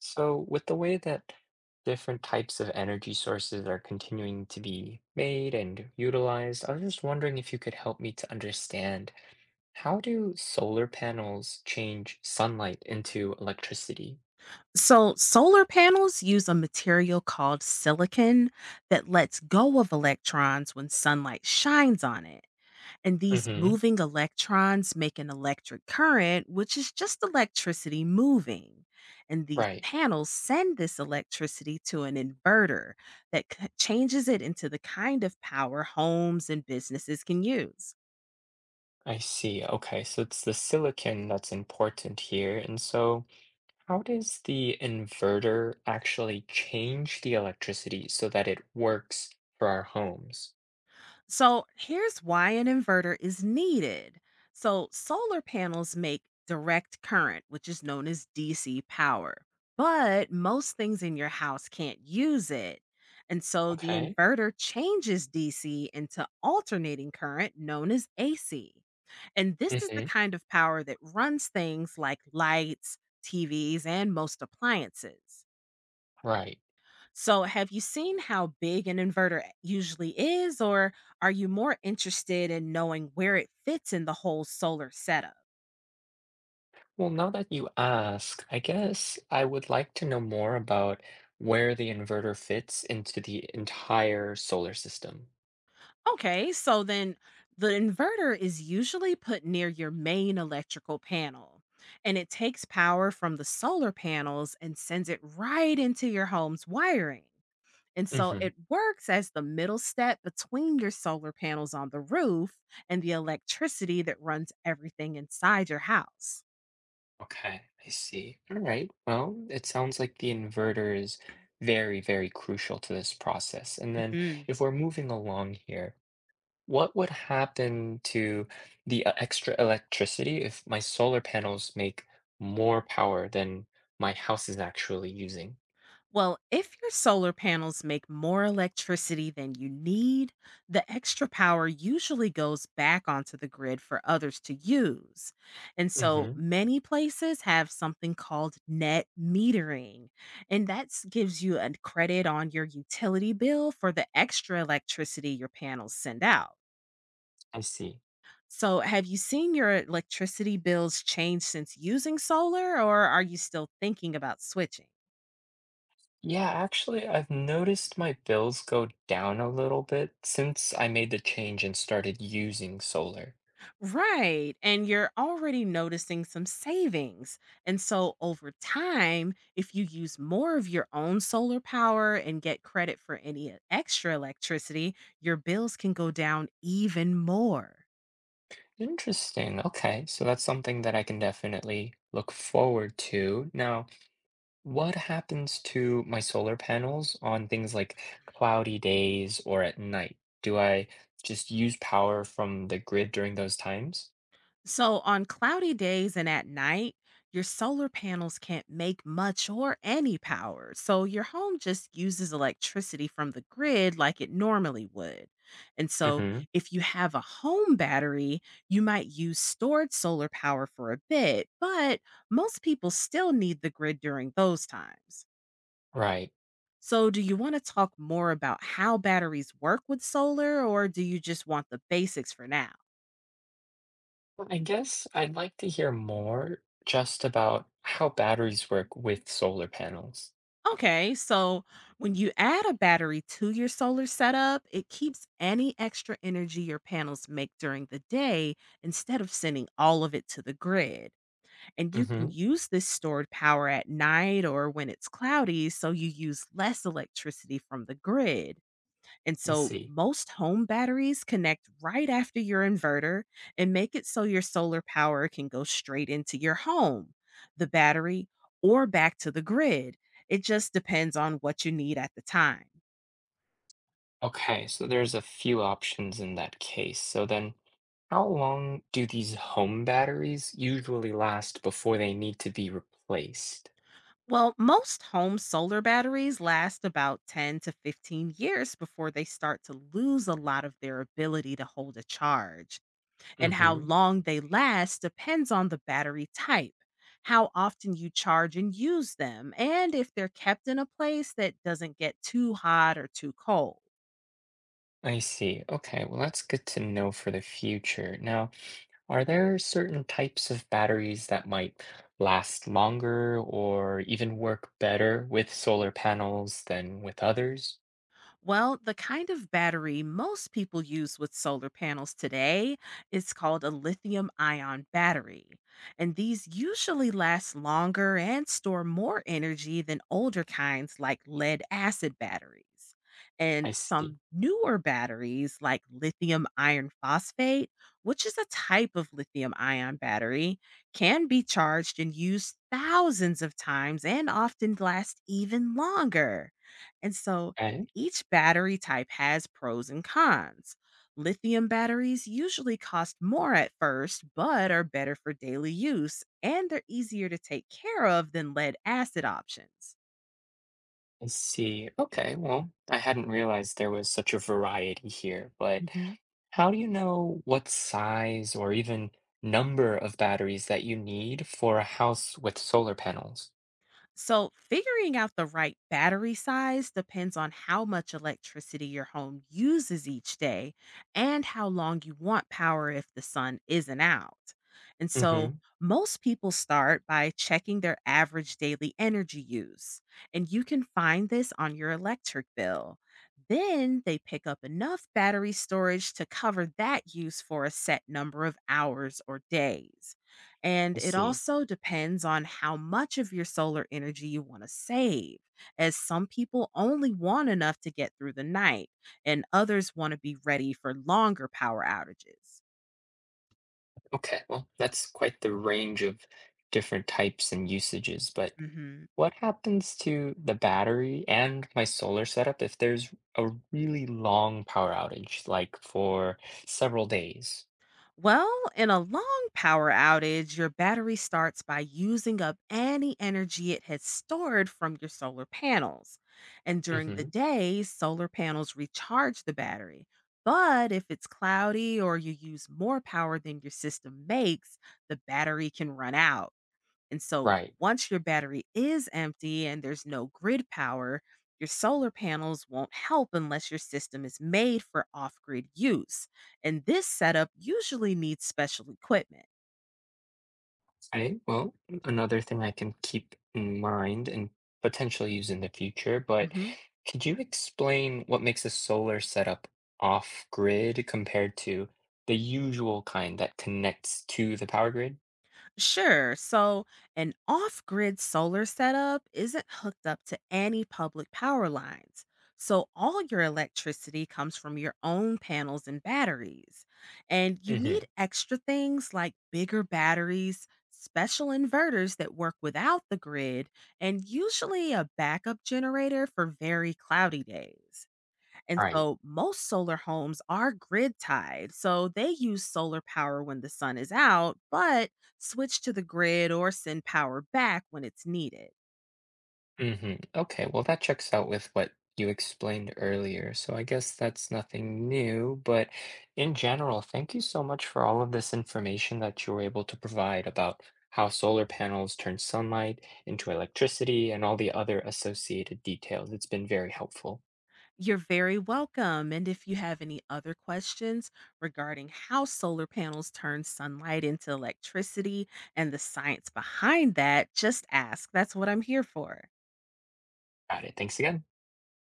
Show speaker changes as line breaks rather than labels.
So, with the way that different types of energy sources are continuing to be made and utilized, I was just wondering if you could help me to understand how do solar panels change sunlight into electricity?
So, solar panels use a material called silicon that lets go of electrons when sunlight shines on it. And these
hmm
moving electrons make an electric current, which is just electricity moving. And these
Right.
panels send this electricity to an inverter that changes it into the kind of power homes and businesses can use.
I see. Okay, so it's the silicon that's important here. And so, how does the inverter actually change the electricity so that it works for our homes?
So here's why an inverter is needed. So solar panels make direct current, which is known as DC power, but most things in your house can't use it. And so the
Okay.
inverter changes DC into alternating current known as AC. And this is the
hmm
kind of power that runs things like lights, TVs, and most appliances.
Right.
So, have you seen how big an inverter usually is, or are you more interested in knowing where it fits in the whole solar setup?
Well, now that you ask, I guess I would like to know more about where the inverter fits into the entire solar system.
Okay, so then the inverter is usually put near your main electrical panel, and it takes power from the solar panels and sends it right into your home's wiring. And so
hmm
it works as the middle step between your solar panels on the roof and the electricity that runs everything inside your house.
Okay, I see. All right. Well, it sounds like the inverter is very, very crucial to this process. And then
Mhm.
if we're moving along here, what would happen to extra electricity if my solar panels make more power than my house is actually using?
Well, if your solar panels make more electricity than you need, the extra power usually goes back onto the grid for others to use. And so
hmm
many places have something called net metering, and that gives you a credit on your utility bill for the extra electricity your panels send out.
I see.
So, have you seen your electricity bills change since using solar, or are you still thinking about switching?
Yeah, actually, I've noticed my bills go down a little bit since I made the change and started using solar.
Right. And you're already noticing some savings. And so over time, if you use more of your own solar power and get credit for any extra electricity, your bills can go down even more.
Interesting. Okay, so that's something that I can definitely look forward to. Now, what happens to my solar panels on things like cloudy days or at night? Do I just use power from the grid during those times?
So, on cloudy days and at night, your solar panels can't make much or any power. So, your home just uses electricity from the grid like it normally would. And so,
hmm
if you have a home battery, you might use stored solar power for a bit, but most people still need the grid during those times.
Right.
So, do you want to talk more about how batteries work with solar, or do you just want the basics for now?
Well, I guess I'd like to hear more just about how batteries work with solar panels.
Okay, so when you add a battery to your solar setup, it keeps any extra energy your panels make during the day instead of sending all of it to the grid. And you can
Mm-hmm.
use this stored power at night or when it's cloudy, so you use less electricity from the grid. And
I
so
see.
most home batteries connect right after your inverter and make it so your solar power can go straight into your home, the battery, or back to the grid. It just depends on what you need at the time.
Okay, so there's a few options in that case. So then, how long do these home batteries usually last before they need to be replaced?
Well, most home solar batteries last about 10 to 15 years before they start to lose a lot of their ability to hold a charge. And how
Mm-hmm.
long they last depends on the battery type, how often you charge and use them, and if they're kept in a place that doesn't get too hot or too cold.
I see. Okay, well, that's good to know for the future. Now, are there certain types of batteries that might last longer or even work better with solar panels than with others?
Well, the kind of battery most people use with solar panels today is called a lithium ion battery. And these usually last longer and store more energy than older kinds like lead acid batteries.
I
And
see.
some newer batteries like lithium iron phosphate, which is a type of lithium ion battery, can be charged and used thousands of times and often last even longer. And so
Okay.
each battery type has pros and cons. Lithium batteries usually cost more at first, but are better for daily use and they're easier to take care of than lead acid options.
I see. Okay, well, I hadn't realized there was such a variety here, but
Mhm.
how do you know what size or even number of batteries that you need for a house with solar panels?
So, figuring out the right battery size depends on how much electricity your home uses each day and how long you want power if the sun isn't out. And so,
Mm-hmm.
most people start by checking their average daily energy use, and you can find this on your electric bill. Then they pick up enough battery storage to cover that use for a set number of hours or days.
I
And it
see.
also depends on how much of your solar energy you want to save, as some people only want enough to get through the night, and others want to be ready for longer power outages.
Okay, well, that's quite the range of different types and usages, but
Mhm.
what happens to the battery and my solar setup if there's a really long power outage, like for several days?
Well, in a long power outage, your battery starts by using up any energy it has stored from your solar panels. And during
Mm-hmm.
the day, solar panels recharge the battery. But if it's cloudy or you use more power than your system makes, the battery can run out. And so
Right.
once your battery is empty and there's no grid power, your solar panels won't help unless your system is made for off grid use. And this setup usually needs special equipment.
Okay, well, another thing I can keep in mind and potentially use in the future, but
Mm-hmm.
could you explain what makes a solar setup off-grid compared to the usual kind that connects to the power grid?
Sure. So, an off grid solar setup isn't hooked up to any public power lines. So, all your electricity comes from your own panels and batteries. And you
Mm-hmm.
need extra things like bigger batteries, special inverters that work without the grid, and usually a backup generator for very cloudy days. And
All right.
so most solar homes are grid tied. So they use solar power when the sun is out, but switch to the grid or send power back when it's needed.
Okay, well, that checks out with what you explained earlier. So I guess that's nothing new, but in general, thank you so much for all of this information that you were able to provide about how solar panels turn sunlight into electricity and all the other associated details. It's been very helpful.
You're very welcome. And if you have any other questions regarding how solar panels turn sunlight into electricity and the science behind that, just ask. That's what I'm here for.
Got it. Thanks again.